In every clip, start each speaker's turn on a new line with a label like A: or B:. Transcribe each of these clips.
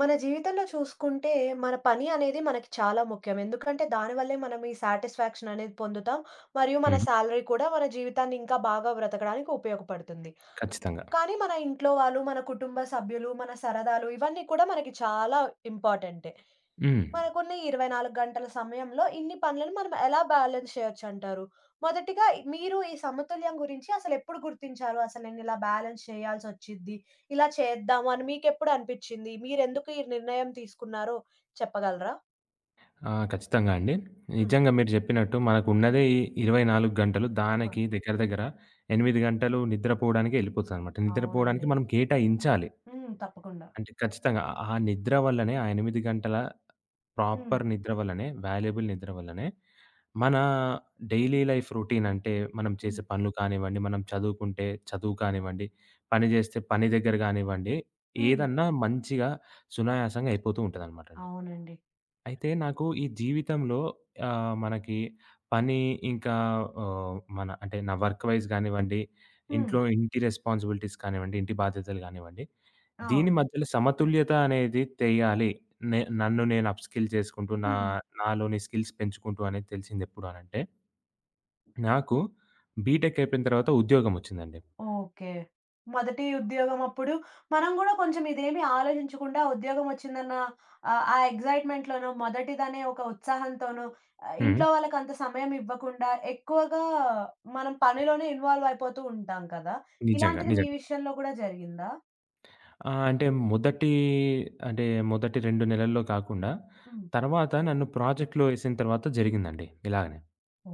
A: మన జీవితంలో చూసుకుంటే, మన పని అనేది మనకి చాలా ముఖ్యం. ఎందుకంటే, దానివల్లే మనం ఈ సాటిస్ఫాక్షన్ అనేది పొందుతాం. మరియు మన
B: హ్మ్.
A: సాలరీ కూడా మన జీవితాన్ని ఇంకా బాగా బ్రతకడానికి ఉపయోగపడుతుంది.
B: ఖచ్చితంగా.
A: కానీ, మన ఇంట్లో వాళ్ళు, మన కుటుంబ సభ్యులు, మన సరదాలు ఇవన్నీ కూడా మనకి చాలా ఇంపార్టెంటే.
B: హ్మ్.
A: మనకున్న ఈ 24 గంటల సమయంలో ఇన్ని పనులను మనం ఎలా బ్యాలెన్స్ చేయొచ్చంటారు? మొదటిగా మీరు ఈ సమతుల్యం గురించి అసలెప్పుడు గుర్తించారు? అసలు నేనిలా బ్యాలెన్స్ చేయాల్సొచ్చిద్ది, ఇలా చేద్దాము అని మీకెప్పుడు అనిపిచ్చింది? మీరెందుకు ఈ నిర్ణయం తీసుకున్నారో చెప్పగలరా?
B: ఆ! ఖచ్చితంగా అండి.
A: హ్మ్.
B: నిజంగా మీరు జెప్పినట్టు మనకున్నదే ఈ 24 గంటలు.
A: ఆహా!
B: దానికి దగ్గర దగ్గర 8 గంటలు నిద్రపోవడానికే ఎళ్ళిపోతదనమాట. నిద్రపోవడానికి
A: అవునండి.
B: మనం కేటాయించాలి.
A: హ్మ్. తప్పకుండా.
B: అంటే ఖచ్చితంగా ఆ ఆ నిద్ర వల్లనే, ఆ 8 గంటల
A: హ్మ్.
B: ప్రాపర్ నిద్ర వల్లనే, వాల్యుయబుల్ నిద్ర వల్లనే మన డైలీ లైఫ్ రొటీన్ అంటే మనం చేసే
A: హ్మ్.
B: పనులు కానివ్వండి, మనం చదువుకుంటే చదువు కానివ్వండి, పని జేస్తే పని దగ్గర గానివ్వండి,
A: హ్మ్.
B: ఏదన్నా మంచిగా సునాయాసంగా అయిపోతూ ఉంటదనమాటండి.
A: అవునండి.
B: అయితే నాకు ఈ జీవితంలో మనకి పని ఇంకా మన అంటే నా వర్క్ వైస్ గానివ్వండి,
A: హ్మ్.
B: ఇంట్లో ఇంటి రెస్పాన్సిబిలిటీస్ కానివ్వండి, ఇంటి బాధ్యతలు గానివ్వండి, దీని
A: అవును.
B: మధ్యలో సమతుల్యత అనేది తెయాలి. నన్ను నేను అప్‌స్కిల్ చేసుకుంటూ,
A: హ్మ్.
B: నాలోని స్కిల్స్ పెంచుకుంటూ అనేది తెలిసిందెప్పుడు అనంటే, నాకు బీటెక్ అయిపోయిన తర్వాత ఉద్యోగం వచ్చిందండి.
A: ఓకే. మొదటి ఉద్యోగం అప్పుడు మనం గూడా కొంచెం ఇదేమి ఆలోచించకుండా ఉద్యోగం వచ్చిందన్న ఆ ఎక్సైట్‌మెంట్‌లోనో, మొదటిదనే ఒక ఉత్సాహంతోనో
B: హ్మ్.
A: ఇంట్లో వాళ్ళకంత సమయం ఇవ్వకుండా ఎక్కువగా మనం పనిలోనే ఇన్వాల్వ్ అయిపోతూ ఉంటాం కదా!
B: నిజంగా.
A: ఇలాంటిది మీ
B: నిజంగా.
A: విషయంలో గూడా జరిగిందా?
B: ఆ! అంటే మొదటి అంటే మొదటి 2 నెలల్లో కాకుండా,
A: హ్మ్.
B: తర్వాత నన్ను ప్రాజెక్ట్‌లో ఏసిన తర్వాత జరిగిందండి ఇలాగనే.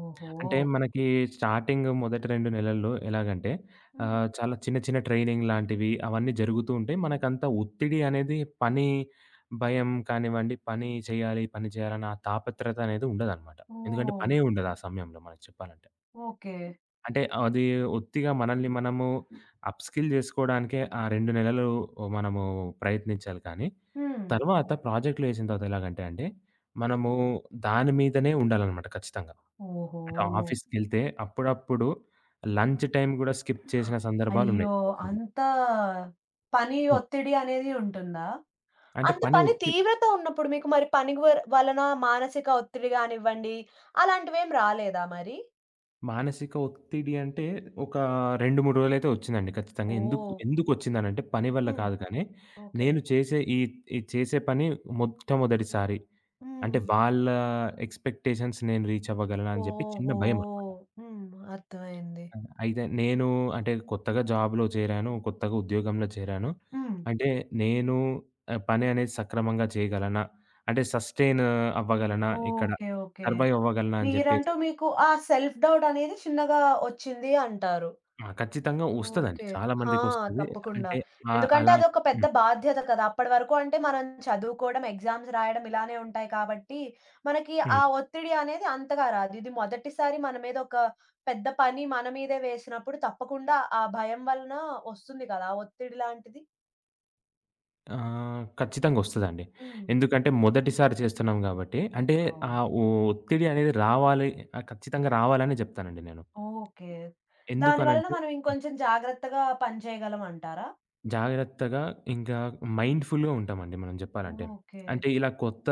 A: ఓహో!
B: అంటే మనకి స్టార్టింగ్ మొదటి 2 నెలల్లో ఎలాగంటే
A: హ్మ్.
B: చాలా చిన్న చిన్న ట్రైనింగ్ లాంటివి అవన్నీ జరుగుతూ ఉంటే మనకంత ఒత్తిడి అనేది పని భయం కానివ్వండి, పని చేయాలి, పని చేయాలన్న ఆ తాపత్రత అనేది ఉండదనమాట. ఎందుకంటే
A: ఓహ్!
B: పనే ఉండదు ఆ సమయంలో మనకు చెప్పాలంటే.
A: ఓకే.
B: అంటే అది ఉత్తిగా మనల్ని మనము అప్‌స్కిల్ జేసుకోవడానికే ఆ 2 నెలలు మనము ప్రయత్నించాలి కానీ,
A: హ్మ్.
B: తర్వాత ప్రాజెక్ట్‌లో ఏసిన తర్వాత ఎలాగంటే అండి, మనము దాని మీదనే ఉండాలనమాట ఖచ్చితంగా. అంటే
A: ఓహో!
B: ఆఫీస్‌కెళ్తే అప్పుడప్పుడు లంచ్ టైమ్ గూడా స్కిప్ చేసిన సందర్భాలున్నాయి.
A: అయ్యో! అంత పని
B: హ్మ్.
A: ఒత్తిడి అనేది ఉంటుందా?
B: అంటే
A: అంత
B: పని
A: పని
B: ఒత్తిడి
A: తీవ్రత ఉన్నప్పుడు మీకు మరి పని వలన మానసిక ఒత్తిడి గానివ్వండి, అలాంటివేం రాలేదా మరి?
B: మానసిక ఒత్తిడి అంటే ఒక 2, 3 రోజులైతే ఒచ్చిందండి ఖచ్చితంగా.
A: ఓహ్!
B: ఎందుకొచ్చిందనంటే పని వల్ల
A: హ్మ్.
B: కాదు కానీ,
A: ఓకే.
B: నేను చేసే ఈ ఈ చేసే పని మొట్టమొదటిసారి అంటే
A: హ్మ్.
B: వాళ్ళ ఎక్స్‌పెక్టేషన్స్ నేను రీచ్ అవ్వగలనా అని జెప్పి చిన్న
A: ఓహో!
B: భయమనమాట.
A: హ్మ్. అర్థమైంది.
B: అయితే నేను అంటే కొత్తగా జాబ్‌లో చేరాను, కొత్తగా ఉద్యోగంలో చేరాను.
A: హ్మ్.
B: అంటే నేను పని అనేది సక్రమంగా చేయగలనా? అంటే సస్టెయిన్ అవ్వగలనా ఇక్కడ?
A: ఓకే. ఓకే.
B: సర్వైవ్ అవ్వగలనా అని జెప్పేసి
A: మీరంటూ మీకు ఆ సెల్ఫ్ డౌట్ అనేది చిన్నగా ఒచ్చింది అంటారు.
B: ఆ! ఖచ్చితంగా వస్తదండి.
A: ఓకే.
B: చాలా
A: ఆ!
B: మందికొస్తది.
A: తప్పకుండా.
B: అంటే
A: ఎందుకంటే
B: అలా
A: అదొక పెద్ద
B: హ్మ్.
A: బాధ్యత కదా! అప్పటి వరకు అంటే మనం చదువుకోవడం, ఎగ్జామ్స్ రాయడం ఇలానే ఉంటాయి కాబట్టి, మనకి ఆ
B: హ్మ్.
A: ఒత్తిడి అనేది అంతగా రాదు. ఇది మొదటిసారి మన మీద ఒక పెద్ద పని మన మీదే వేసినప్పుడు తప్పకుండా ఆ భయం వలన వస్తుంది కదా! ఆ ఒత్తిడి లాంటిది.
B: ఖచ్చితంగా వస్తదండి.
A: హ్మ్.
B: ఎందుకంటే మొదటిసారి చేస్తున్నాం గాబట్టి, అంటే ఆ
A: అవును.
B: ఒత్తిడి అనేది రావాలి ఖచ్చితంగా రావాలనే జెప్తానండి నేను.
A: ఓకే. దాని వలన
B: ఎందుకనంటే
A: మనం ఇంకొంచెం జాగ్రత్తగా పని చేయగలం అంటారా?
B: జాగ్రత్తగా ఇంకా మైండ్‌ఫుల్‌గా ఉంటామండి మనం జెప్పాలంటే.
A: ఓకే.
B: అంటే ఇలా కొత్త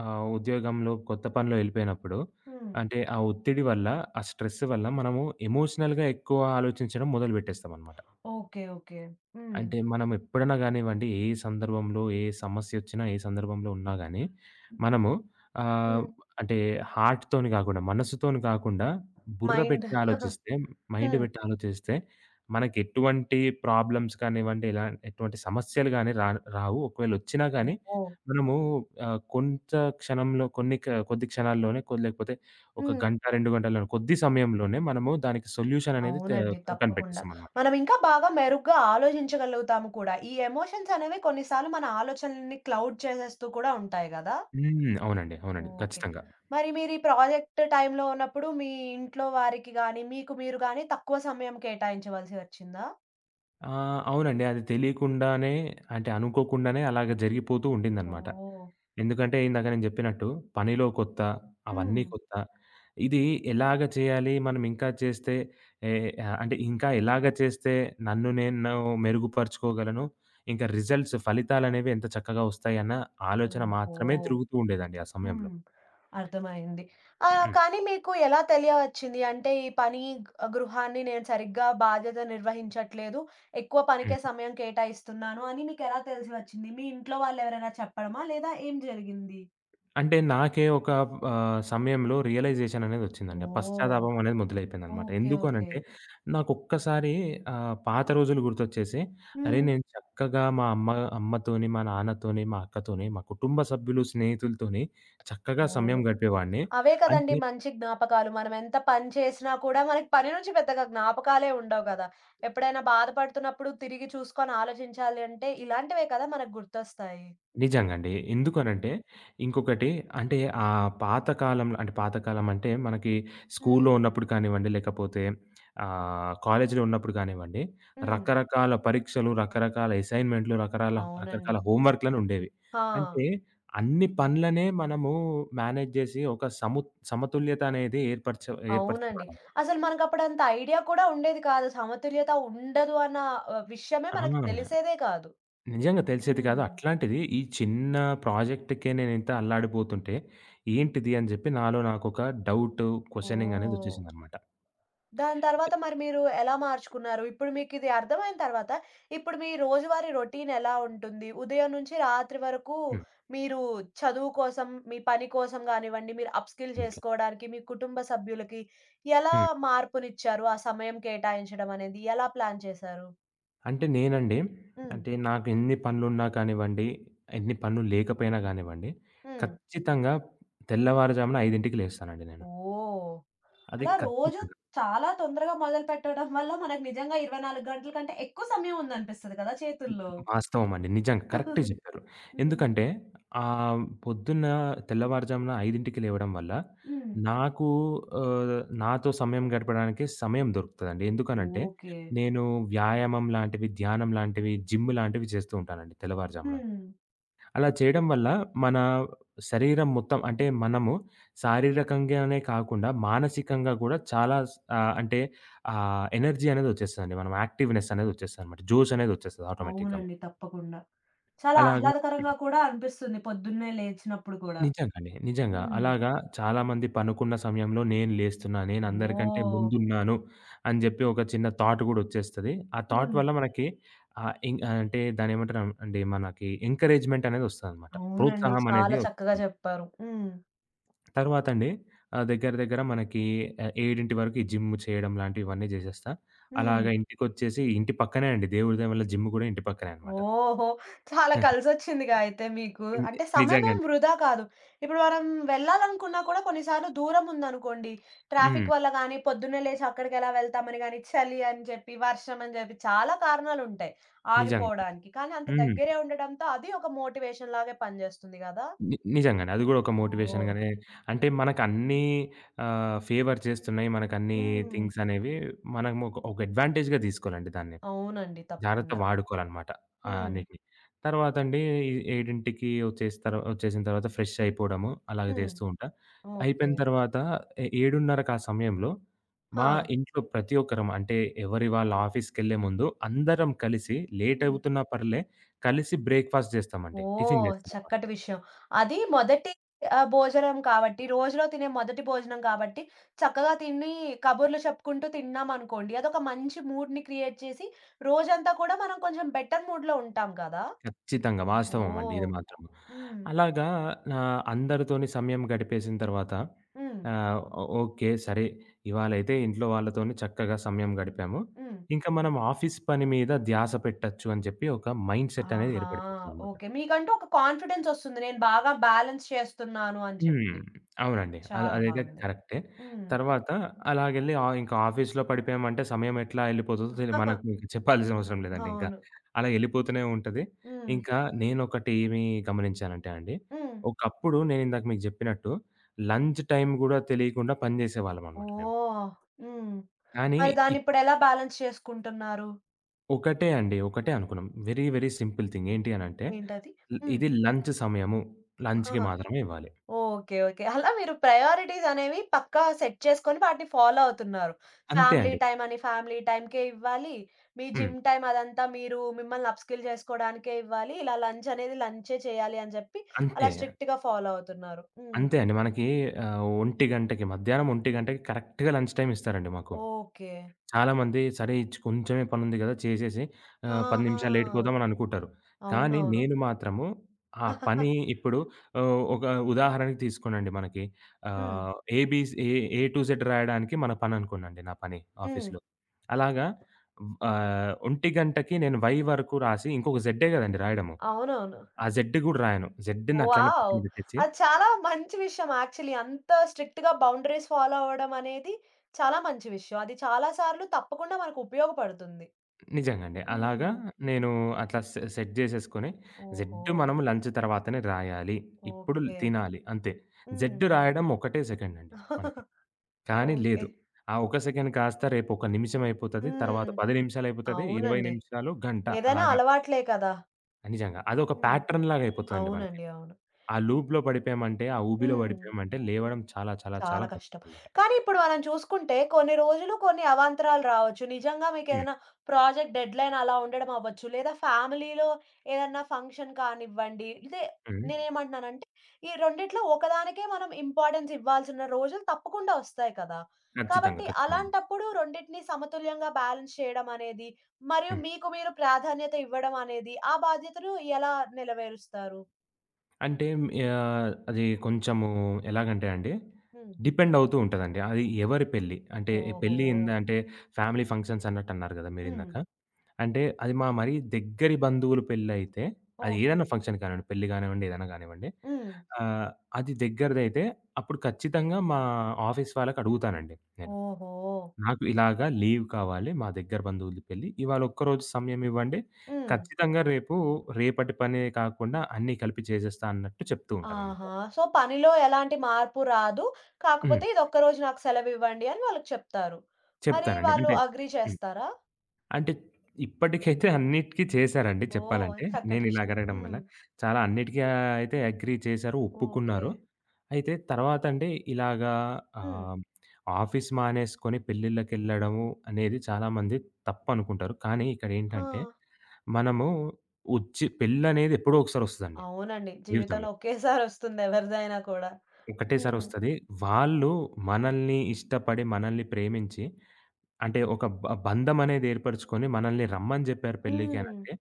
B: ఉద్యోగంలో, కొత్త పనిలో ఎళ్ళిపోయినప్పుడు
A: హ్మ్.
B: అంటే ఆ ఒత్తిడి వల్ల, ఆ స్ట్రెస్ వల్ల మనము ఎమోషనల్‌గా ఎక్కువ ఆలోచించడం మొదలు పెట్టేస్తామనమాట.
A: ఓకే. ఓకే. హ్మ్.
B: అంటే మనం ఎప్పుడైనా గానివ్వండి, ఏ సందర్భంలో, ఏ సమస్యొచ్చినా, ఏ సందర్భంలో ఉన్నా గాని, మనము ఆహ్,
A: హ్మ్.
B: అంటే హార్ట్‌తోని గాకుండా, మనసుతోని కాకుండా, బుర్ర
A: మైండ్.
B: పెట్టి ఆలోచిస్తే, మైండ్
A: హ్మ్.
B: పెట్టి ఆలోచిస్తే, మనకెటువంటి ప్రాబ్లమ్స్ కానివ్వండి, ఎటువంటి సమస్యలు గాని రావు. ఒకవేళ ఒచ్చినా గాని,
A: ఓహో!
B: మనము కొంత క్షణంలో కొన్ని క కొద్ది క్షణాల్లోనే లేకపోతే ఒక
A: హ్మ్.
B: గంట, 2 గంటల్లోనే, కొద్ది సమయంలోనే మనము దానికి సొల్యూషన్ అనేది
A: అవునండి. తప్పకుండా.
B: కనిపెట్టేస్తామనమాట.
A: మనం ఇంకా బాగా మెరుగ్గా ఆలోచించగలుగుతాము కూడా. ఈ ఎమోషన్స్ అనేవి కొన్నిసార్లు మన ఆలోచనలని క్లౌడ్ చేసేస్తూ కూడా ఉంటాయి గదా!
B: హ్మ్. అవునండి. అవునండి.
A: ఓకే.
B: ఖచ్చితంగా.
A: మరి మీరు ఈ ప్రాజెక్ట్ టైమ్‌లో ఉన్నప్పుడు మీ ఇంట్లో వారికి గాని, మీకు మీరు గాని తక్కువ సమయం కేటాయించవలసి వచ్చిందా?
B: అవునండి. అది తెలియకుండానే అంటే అనుకోకుండానే అలాగ జరిగిపోతూ ఉండిందనమాట.
A: ఓహ్!
B: ఎందుకంటే ఇందాక నేను జెప్పినట్టు పనిలో కొత్త, అవన్నీ
A: హ్మ్.
B: కొత్త. ఇది ఎలాగ చేయాలి? మనం ఇంకా చేస్తే ఏ అంటే ఇంకా ఎలాగ చేస్తే నన్ను నేను మెరుగుపరుచుకోగలను? ఇంకా రిజల్ట్స్ ఫలితాలనేవి ఎంత చక్కగా వస్తాయన్న ఆలోచన
A: ఓహో!
B: మాత్రమే తిరుగుతూ ఉండేదండి ఆ సమయంలో.
A: హ్మ్. అర్థమైంది.
B: హ్మ్.
A: కానీ మీకు ఎలా తెలియవచ్చింది? అంటే ఈ పని గృహాన్ని నేను సరిగ్గా బాధ్యత నిర్వహించట్లేదు. ఎక్కువ
B: హ్మ్.
A: పనికే సమయం కేటాయిస్తున్నాను అని మీకెలా తెలిసి వచ్చింది? మీ ఇంట్లో వాళ్ళెవరైనా చెప్పడమా? లేదా ఏం జరిగింది?
B: అంటే నాకే ఒక సమయంలో రియలైజేషన్ అనేదొచ్చిందండి.
A: ఓహ్!
B: పశ్చాత్తాపం అనేది మొదలైపోయిందనమాట.
A: ఓకే.
B: ఎందుకు
A: ఓకే.
B: అనంటే, నాకొక్కసారి పాత రోజులు గుర్తొచ్చేసి, అరే!
A: హ్మ్.
B: నేను చక్కగా మా అమ్మతోని, మా నాన్నతోని, మా అక్కతోని, మా కుటుంబ సభ్యులు, స్నేహితులతోని చక్కగా
A: అవును.
B: సమయం గడిపేవాడిని.
A: అవే కదండీ
B: అంటే
A: మంచి జ్ఞాపకాలు. మనం ఎంత పని చేసినా కూడా మనకి పని నుంచి పెద్దగా జ్ఞాపకాలే ఉండవు కదా! ఎప్పుడైనా బాధపడుతున్నప్పుడు తిరిగి చూసుకొని ఆలోచించాలి అంటే ఇలాంటివే కదా మనకు గుర్తొస్తాయి.
B: నిజంగండి.
A: హ్మ్.
B: ఎందుకనంటే, ఇంకొకటి అంటే పాత కాలంలో అంటే పాత కాలం అంటే మనకి
A: హ్మ్.
B: స్కూల్లో ఉన్నప్పుడు కానివ్వండి, లేకపోతే కాలేజీలో ఉన్నప్పుడు కానివ్వండి,
A: హ్మ్.
B: రకరకాల పరీక్షలు, రకరకాల అసైన్‌మెంట్‌లు,
A: అవునండి.
B: రకరకాల హోంవర్క్‌లనుండేవి.
A: ఆ!
B: అంటే అన్ని పనులనే మనము మేనేజ్ జేసి ఒక సమతుల్యత అనేది
A: అవునండి.
B: ఏర్పరిచేవాళ్ళము.
A: అసలు మనకప్పుడంత ఐడియా కూడా ఉండేది కాదు. సమతుల్యత ఉండదు అన్న విషయమే
B: ఆ!
A: మనకు తెలిసేదే కాదు.
B: నిజంగా తెలిసేది కాదు.
A: హ్మ్.
B: అట్లాంటిది ఈ చిన్న ప్రాజెక్ట్‌కే నేనింత అల్లాడిపోతుంటే, ఏంటిది అని జెప్పి నాలో నాకొక డౌటు, క్వెషనింగ్
A: ఓహ్!
B: అనేదొచ్చేసిందనమాట.
A: దాని తర్వాత మరి మీరు ఎలా మార్చుకున్నారు? ఇప్పుడు మీకిది అర్థమైన తర్వాత, ఇప్పుడు మీ రోజువారీ రొటీన్ ఎలా ఉంటుంది? ఉదయం నుంచి రాత్రి వరకు
B: హ్మ్.
A: మీరు చదువు కోసం, మీ పని కోసం గానివ్వండి, మీరు అప్‌స్కిల్
B: ఓకే.
A: చేసుకోవడానికి, మీ కుటుంబ సభ్యులకి ఎలా
B: హ్మ్.
A: మార్పునిచ్చారు? ఆ సమయం కేటాయించడం అనేది ఎలా ప్లాన్ చేశారు?
B: అంటే నేనండి,
A: హ్మ్.
B: అంటే నాకు ఎన్ని పనులున్నా కానివ్వండి, ఎన్ని పనులు లేకపోయినా గానివ్వండి,
A: హ్మ్.
B: ఖచ్చితంగా తెల్లవారుజామున 5కి లేస్తానండి నేను.
A: ఓహ్!
B: అది
A: అలా రోజు
B: ఖచ్చితంగా.
A: చాలా తొందరగా మొదలుపెట్టడం వల్ల మనకు నిజంగా 24 గంటల కంటే ఎక్కువ సమయం ఉందనిపిస్తది కదా చేతుల్లో.
B: వాస్తవం అండి. నిజంగా కరెక్టే జెప్పారు.
A: హ్మ్.
B: ఎందుకంటే పొద్దున్న తెల్లవారుజామున 5కి లేవడం వల్ల
A: హ్మ్.
B: నాకు నాతో సమయం గడపడానికి సమయం దొరుకుతదండి. ఎందుకనంటే
A: ఓకే.
B: నేను వ్యాయామం లాంటివి, ధ్యానం లాంటివి, జిమ్ లాంటివి చేస్తూ ఉంటానండి తెల్లవారుజామున.
A: హ్మ్.
B: అలా చేయడం వల్ల మన శరీరం మొత్తం అంటే మనము శారీరకంగానే కాకుండా మానసికంగా గూడా చాలా అంటే ఎనర్జీ అనేది ఒచ్చేస్తదండి. మనం యాక్టివ్‌నెస్ అనేది ఒచ్చేస్తదనమాట. జోష్ అనేది ఒచ్చేస్తది ఆటోమేటిక్‌గా.
A: అవునండి. తప్పకుండా. చాలా
B: అలాగా
A: ఆహ్లాదకరంగా కూడా అనిపిస్తుంది పొద్దున్నే లేచినప్పుడు కూడా.
B: నిజంగండి. నిజంగా.
A: హ్మ్.
B: అలాగా చాలామంది పనుకున్న సమయంలో నేను లేస్తున్నా, నేను అందరికంటే
A: ఓహ్!
B: ముందున్నాను అని జెప్పి ఒక చిన్న థాట్ గూడొచ్చేస్తది. ఆ థాట్
A: హ్మ్.
B: వల్ల మనకి ఆహ్, ఇం అంటే దాన్నేమంటారు అండి మనకి ఎంకరేజ్‌మెంట్ అనేదొస్తదనమాట.
A: అవునండి.
B: ప్రోత్సాహం అనేది
A: చాలా చక్కగా
B: వస్తుంది.
A: చెప్పారు. హ్మ్.
B: తర్వాతండి దగ్గర దగ్గర మనకి 7 వరకు ఈ జిమ్ చేయడం లాంటివన్నీ జేసేస్తా.
A: హ్మ్.
B: అలాగా ఇంటికొచ్చేసి ఇంటి పక్కనే అండి. దేవుడి దయ వల్ల జిమ్ గూడా ఇంటి పక్కనే అనమాట.
A: ఓహో! చాలా కలిసొచ్చిందిగా అయితే మీకు. అంటే సమయమేం
B: నిజంగండి.
A: వృధా కాదు. ఇప్పుడు మనం వెళ్ళాలనుకున్నా కూడా కొన్నిసార్లు దూరం ఉందనుకోండి,
B: హ్మ్.
A: ట్రాఫిక్ వల్ల గానీ, పొద్దున్నే లేచి అక్కడికెలా వెళ్తామని గానీ, చలి అని చెప్పి, వర్షం అని చెప్పి చాలా కారణాలుంటాయి
B: నిజంగండి.
A: ఆగిపోవడానికి. కానీ అంత
B: హ్మ్.
A: దగ్గరే ఉండడంతో అది ఒక మోటివేషన్ లాగే పనిజేస్తుంది గదా!
B: నిజంగానే. అది గూడా ఒక
A: ఓహ్!
B: మోటివేషన్‌గానే అంటే మనకన్నీ ఫేవర్ చేస్తున్నాయి. మనకన్నీ
A: హ్మ్.
B: థింగ్స్ అనేవి మనం ఒక ఒక అడ్వాంటేజ్‌గా తీసుకోవాలండి దాన్ని.
A: అవునండి.
B: జాగ్రత్తగా
A: తప్పకుండా.
B: వాడుకోవాలనమాట. ఆ!
A: హ్మ్.
B: అన్నిటిని. తర్వాత అండి ఈ 7కి వచ్చేస్తారు వచ్చేసిన తర్వాత ఫ్రెష్ అయిపోవడము అలాగే
A: హ్మ్.
B: చేస్తూ ఉంటా.
A: ఓకే.
B: అయిపోయిన తర్వాత ఏ 7:30కి ఆ సమయంలో మా
A: ఆ!
B: ఇంట్లో ప్రతి ఒక్కరం అంటే ఎవరి వాళ్ళ ఆఫీస్‌కెళ్ళే ముందు అందరం కలిసి లేట్
A: హ్మ్.
B: అవుతున్నా పర్లే కలిసి బ్రేక్‌ఫాస్ట్ చేస్తామండి. Tiffin
A: oh!
B: చేస్తామనమాట.
A: చక్కటి విషయం. అది మొదటి భోజనం కాబట్టి, రోజులో తినే మొదటి భోజనం కాబట్టి, చక్కగా తిని కబుర్లు చెప్పుకుంటూ తిన్నామనుకోండి, అదొక మంచి మూడ్‌ని క్రియేట్ చేసి, రోజంతా కూడా మనం కొంచెం బెటర్ మూడ్‌లో ఉంటాం కదా!
B: ఖచ్చితంగా. వాస్తవం అండి
A: ఓహ్!
B: ఇది మాత్రం.
A: హ్మ్.
B: అలాగా అందరితోని సమయం గడిపేసిన తర్వాత
A: హ్మ్.
B: ఓకే. సరే ఇవాళైతే ఇంట్లో వాళ్ళతోని చక్కగా సమయం గడిపాము.
A: హ్మ్.
B: ఇంకా మనం ఆఫీస్ పని మీద ధ్యాస పెట్టొచ్చు అని చెప్పి ఒక మైండ్‌సెట్ అనేది
A: ఆహా!
B: ఏర్పడిపోతుందనమాట.
A: ఓకే. మీకంటూ ఒక కాన్ఫిడెన్స్ ఒస్తుంది. నేను బాగా బ్యాలెన్స్ చేస్తున్నాను అని
B: హ్మ్.
A: చెప్పి.
B: అవునండి. అది
A: చాలా
B: అదైతే
A: బావుంది.
B: కరెక్టే.
A: హ్మ్.
B: తర్వాత అలాగెళ్ళి ఇంకా ఆఫీస్‌లో పడిపోయామంటే సమయం ఎట్లా ఎళ్ళిపోతుందో మనకు చెప్పాల్సిన అవసరం లేదండి ఇంకా.
A: అవును.
B: అలా ఎళ్ళిపోతూనే ఉంటది.
A: హ్మ్.
B: ఇంకా నేనొకటి ఏమి గమనించానంటే అండి,
A: హ్మ్.
B: ఒకప్పుడు నేనిందాక మీకు జెప్పినట్టు లంచ్ టైమ్ గూడా తెలియకుండా పని జేసేవాళ్ళమనమాట మేము.
A: ఓహ్! హ్మ్.
B: కానీ
A: మరి
B: ఇప్పుడు
A: దాన్నిప్పుడెలా బ్యాలెన్స్ చేసుకుంటున్నారు?
B: ఒకటే అండి. ఒకటే అనుకున్నాం. Very, very simple thing. ఏంటి అనంటే
A: ఏంటది? హ్మ్.
B: ఇది లంచ్ సమయము. లంచ్‌కి
A: ఆహాహా!
B: మాత్రమే ఇవ్వాలి.
A: ఓకే. ఓకే. అలా మీరు ప్రయారిటీస్ అనేవి పక్కా సెట్ చేసుకొని వాటిని ఫాలో అవుతున్నారు.
B: అంతే
A: ఫ్యామిలీ
B: అండి.
A: టైమ్ అని ఫ్యామిలీ టైమ్‌కే ఇవ్వాలి. మీ
B: హ్మ్.
A: జిమ్ టైమ్ అదంతా మీరు మిమ్మల్ని అప్‌స్కిల్ చేసుకోడానికే ఇవ్వాలి. ఇలా లంచ్ అనేది లంచే చేయాలి అని చెప్పి
B: అంతే.
A: అలా స్ట్రిక్ట్‌గా ఫాలో అవుతున్నారు. హ్మ్.
B: అంతే అండి. మనకి 1:00కి మధ్యాహ్నం 1:00కి కరెక్ట్‌గా లంచ్ టైమ్ ఇస్తారండి మాకు.
A: ఓకే.
B: చాలామంది సరే కొంచెమే పనుంది గదా! చేసేసి 10
A: ఆహా!
B: నిమిషాలు లేట్ పోదామని అనుకుంటారు. కానీ
A: అవునవును.
B: నేను మాత్రము ఆ పని ఇప్పుడు ఒక ఉదాహరణకి తీసుకోండి మనకి
A: హ్మ్.
B: ఆహ్, ఏబీస్ ఏ ఏ టు జెడ్ రాయడానికి మన పననుకోండి నా పని
A: హ్మ్.
B: ఆఫీస్‌లో. అలాగా 1:00కి నేను వై వరకు రాసి ఇంకొక జెడ్డే గదండీ రాయడము.
A: అవునవును.
B: ఆ జెడ్ గూడా రాయను. జెడ్‌ని అట్లనే
A: వావ్!
B: పక్కన బెట్టేసి
A: అది చాలా మంచి విషయం యాక్చువల్లీ. అంత స్ట్రిక్ట్‌గా బౌండరీస్ ఫాలో అవ్వడం అనేది చాలా మంచి విషయం. అది చాలా సార్లు తప్పకుండా మనకు ఉపయోగపడుతుంది.
B: నిజంగండి. అలాగా
A: హ్మ్.
B: నేను అట్లా సెట్ జేసేసుకొని,
A: ఓహో!
B: జెడ్ మనం లంచ్ తర్వాతనే రాయాలి. ఇప్పుడు
A: ఓకే.
B: తినాలి అంతే.
A: హ్మ్.
B: జెడ్ రాయడం ఒకటే సెకండ్ అండి మనకి. కానీ
A: ఓకే.
B: లేదు. ఆ ఒక సెకండ్ కాస్త రేపు ఒక నిమిషం అయిపోతది. తర్వాత
A: హ్మ్.
B: 10 నిమిషాలయిపోతది. 20
A: అవునండి.
B: నిమిషాలు, గంట
A: ఏదైనా
B: అలాగా.
A: అలవాట్లే కదా!
B: నిజంగా. అదొక
A: హ్మ్.
B: ప్యాటర్న్ లాగా అయిపోతదండి మనకి.
A: అవునండి. అవును.
B: ఆ లూప్‌లో పడిపోయామంటే, ఆ ఊబిలో
A: హ్మ్.
B: పడిపోయామంటే లేవడం చాలా చాలా చాలా
A: చాలా కష్టం.
B: కష్టమనమాట.
A: కానీ ఇప్పుడు మనం చూసుకుంటే కొన్ని రోజులు కొన్ని అవాంతరాలు రావచ్చు. నిజంగా
B: హ్మ్.
A: మీకేదైనా ప్రాజెక్ట్ డెడ్‌లైన్ అలా ఉండడం అవ్వచ్చు. లేదా ఫ్యామిలీలో ఏదన్నా ఫంక్షన్ కానివ్వండి. ఇదే
B: హ్మ్.
A: నేనేమంటున్నానంటే ఈ రెండిట్లో ఒకదానికే మనం ఇంపార్టెన్స్ ఇవ్వాల్సిన రోజులు తప్పకుండా వస్తాయి కదా!
B: ఖచ్చితంగా.
A: కాబట్టి
B: ఖచ్చితంగా అండి.
A: అలాంటప్పుడు రెండిటిని సమతుల్యంగా బ్యాలెన్స్ చేయడం అనేది, మరియు
B: హ్మ్.
A: మీకు మీరు ప్రాధాన్యత ఇవ్వడం అనేది ఆ బాధ్యతను ఎలా నెలవేరుస్తారు?
B: అంటే అది కొంచెము ఎలాగంటే అండి,
A: హ్మ్.
B: డిపెండ్ అవుతూ ఉంటదండి. అది ఎవరి పెళ్లి. అంటే
A: ఓహో!
B: పెళ్లి ఇంద అంటే ఫ్యామిలీ ఫంక్షన్స్ అన్నట్టన్నారు గదా!
A: హ్మ్.
B: మీరిందాక. అంటే అది మా మరీ దగ్గరి బంధువులు పెళ్లయితే, అది
A: ఓకే.
B: ఏదైనా ఫంక్షన్ కానివ్వండి, పెళ్లి గానివ్వండి, ఏదైనా గానివ్వండి.
A: హ్మ్.
B: ఆహ్, అది దగ్గరిదైతే అప్పుడు ఖచ్చితంగా మా ఆఫీస్ వాళ్ళకడుగుతానండి నేను.
A: ఓహో!
B: నాకు ఇలాగా లీవ్ కావాలి మా దగ్గర బంధువుల పెళ్లి. ఇవాళ ఒక్కరోజు సమయం ఇవ్వండి.
A: హ్మ్.
B: ఖచ్చితంగా రేపు రేపటి పనే కాకుండా అన్నీ కలిపి చేసేస్తా అన్నట్టు చెప్తూ ఉంటాననమాట.
A: ఆహా! సో, పనిలో ఎలాంటి మార్పు రాదు.
B: హ్మ్.
A: కాకపోతే ఇదొక్క రోజు నాకు సెలవివ్వండి అని వాళ్ళకి చెప్తారు. మరి
B: చెప్తానండి.
A: వాళ్ళు
B: అంటే
A: అగ్రీ చేస్తారా?
B: అంటే ఇప్పటికైతే అన్నిటికి చేశారండి
A: ఓహ్!
B: చెప్పాలంటే. నేను
A: చక్కటి
B: ఇలా
A: విషయం.
B: అడగడం వల్ల.
A: హ్మ్.
B: చాలా అన్నిటికి అయితే అగ్రీ చేశారు.
A: ఓకే.
B: ఒప్పుకున్నారు. అయితే తర్వాత అండి ఇలాగా
A: హ్మ్.
B: ఆహ్, ఆఫీస్ మానేసుకొని పెళ్ళిళ్ళకెళ్ళడము అనేది చాలామంది తప్పనుకుంటారు. కానీ ఇక్కడ
A: ఆ!
B: ఏంటంటే మనము వచ్చి పెళ్ళనేది ఎప్పుడో ఒకసారి వస్తదండి
A: అవునండి.
B: జీవితంలో.
A: జీవితంలో ఒకేసారొస్తుంది ఎవరిదైనా కూడా.
B: ఒకటేసారి
A: హ్మ్.
B: వస్తది. వాళ్ళు మనల్ని ఇష్టపడి, మనల్ని ప్రేమించి అంటే ఒక బంధం అనేది ఏర్పరుచుకొని మనల్ని రమ్మని జెప్పారు పెళ్ళికి
A: హ్మ్.
B: అనంటే,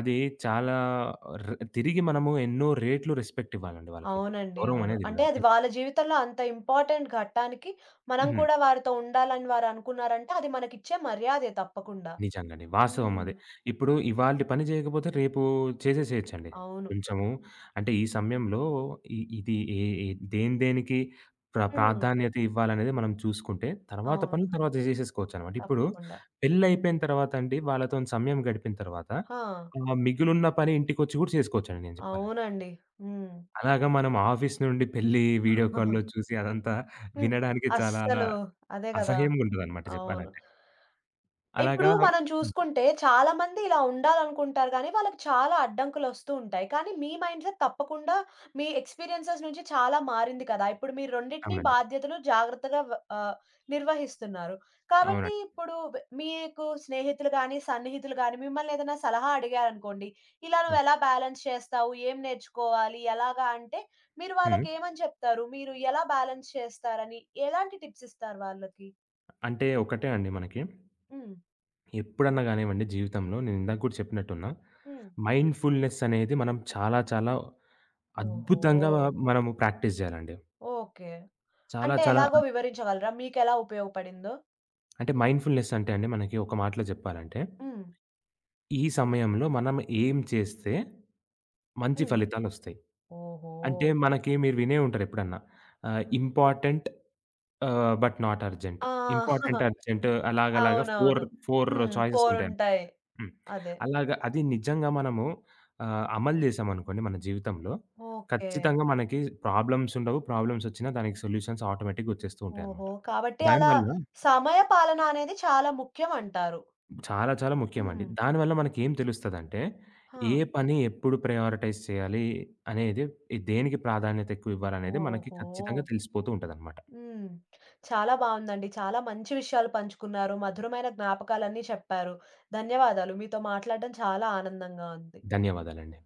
B: అది చాలా తిరిగి మనము ఎన్నో రేట్లు రెస్పెక్ట్ ఇవ్వాలండి వాళ్ళకి.
A: అవునండి.
B: గౌరవం
A: అవును.
B: అనేది
A: అంటే అది
B: ఇవ్వాలి.
A: వాళ్ళ జీవితంలో అంత ఇంపార్టెంట్ ఘట్టానికి మనం
B: హ్మ్.
A: కూడా వారితో ఉండాలని వారనుకున్నారంటే అది మనకిచ్చే మర్యాదే తప్పకుండా.
B: నిజంగండి. వాస్తవం
A: హ్మ్.
B: అది. ఇప్పుడు ఇవాల్టి పని జేయకపోతే రేపు చేసేసేయొచ్చండి.
A: అవును.
B: కొంచెము అంటే ఈ సమయంలో ఇది ఏ ఏ దేనికి
A: హ్మ్.
B: ప్రాధాన్యత ఇవ్వాలనేది మనం చూసుకుంటే తర్వాత
A: అవును.
B: పనులు తర్వాత జేసేసుకోవచ్చనమాట. ఇప్పుడు
A: తప్పకుండా.
B: పెళ్లయిపోయిన తర్వాత అండి వాళ్ళతోని సమయం గడిపిన తర్వాత
A: ఆ!
B: మిగులున్న పని ఇంటికొచ్చి గూడా చేసుకోవచ్చండి నేను జెప్పాలంటే.
A: అవునండి. హ్మ్.
B: అలాగా మనం ఆఫీస్ నుండి పెళ్లి వీడియో కాల్‌లో చూసి అదంతా
A: హ్మ్.
B: వినడానికి చాలా
A: అస్సలు అదే గదా!
B: అసహ్యంగుంటదనమాట
A: అవును.
B: జెప్పాలంటే.
A: ఇప్పుడు
B: అలాగా
A: మనం చూసుకుంటే చాలామంది ఇలా ఉండాలనుకుంటారు గానీ, వాళ్ళకి చాలా అడ్డంకులొస్తూ ఉంటాయి. కానీ మీ మైండ్‌సెట్ తప్పకుండా మీ ఎక్స్‌పీరియన్సెస్ నుంచి చాలా మారింది కదా! ఇప్పుడు మీరు రెండిటిని
B: అవునండి.
A: బాధ్యతలు జాగ్రత్తగా ఆహ్, నిర్వహిస్తున్నారు. కాబట్టి
B: అవునండి.
A: ఇప్పుడు మీకు స్నేహితులు గానీ, సన్నిహితులు గానీ మిమ్మల్ని ఏదైనా సలహా అడిగారనుకోండి, ఇలా
B: ఓకే.
A: నువ్వెలా బ్యాలెన్స్ చేస్తావు? ఏం నేర్చుకోవాలి? ఎలాగా? అంటే మీరు
B: హ్మ్.
A: వాళ్ళకేమని చెప్తారు? మీరు ఎలా బ్యాలెన్స్ చేస్తారని? ఎలాంటి టిప్స్ ఇస్తారు వాళ్ళకి?
B: అంటే ఒకటే అండి మనకి.
A: హ్మ్.
B: ఎప్పుడన్నా గానివ్వండి జీవితంలో నేను ఇందాక కూడా చెప్పినట్టున్నా.
A: హ్మ్.
B: మైండ్‌ఫుల్‌నెస్ అనేది మనం చాలా చాలా
A: ఓహో!
B: అద్భుతంగా మనము ప్రాక్టీస్ జేయాలండి.
A: ఓకే.
B: చాలా
A: అంటే
B: చాలా
A: ఎలాగో వివరించగలరా? మీకెలా ఉపయోగపడిందో?
B: అంటే మైండ్‌ఫుల్‌నెస్ అంటే అండి మనకి ఒక మాటలో జెప్పాలంటే,
A: హ్మ్.
B: ఈ సమయంలో మనం ఏం చేస్తే మంచి
A: హ్మ్.
B: ఫలితాలొస్తాయి.
A: ఓహో!
B: అంటే మనకి మీరు వినే ఉంటారు ఎప్పుడన్నా. Important but not urgent.
A: ఆ!
B: ఇంపార్టెంట్, అర్జెంట్ అలాగలాగా
A: అవునవును.
B: 4,
A: హ్మ్.
B: 4 చాయిసెస్
A: 4
B: ఉంటాయన్నమాట.
A: ఉంటాయి.
B: హ్మ్.
A: అదే.
B: అలాగా అది నిజంగా మనము అమలు చేశామనుకోండి మన జీవితంలో,
A: ఓకే.
B: ఖచ్చితంగా మనకి ప్రాబ్లమ్స్ ఉండవు. ప్రాబ్లమ్స్ వచ్చినా దానికి సొల్యూషన్స్ ఆటోమేటిక్‌గా వచ్చేస్తూ ఉంటాయన్నమాట.
A: ఓహో! కాబట్టి అలా
B: దానివల్ల
A: సమయ పాలన అనేది చాలా ముఖ్యం అంటారు.
B: చాలా చాలా ముఖ్యమండి.
A: హ్మ్.
B: దానివల్ల మనకేం తెలుస్తదంటే,
A: ఆ!
B: ఏ పని ఎప్పుడు ప్రయారిటైజ్ చేయాలి అనేది, దేనికి ప్రాధాన్యత ఎక్కువ ఇవ్వాలనేది మనకి
A: ఓహో!
B: ఖచ్చితంగా తెలిసిపోతూ ఉంటదన్నమాట.
A: హ్మ్. చాలా బావుందండి. చాలా మంచి విషయాలు పంచుకున్నారు. మధురమైన జ్ఞాపకాలన్నీ చెప్పారు. ధన్యవాదాలు. మీతో మాట్లాడడం చాలా ఆనందంగా ఉంది.
B: ధన్యవాదాలండి.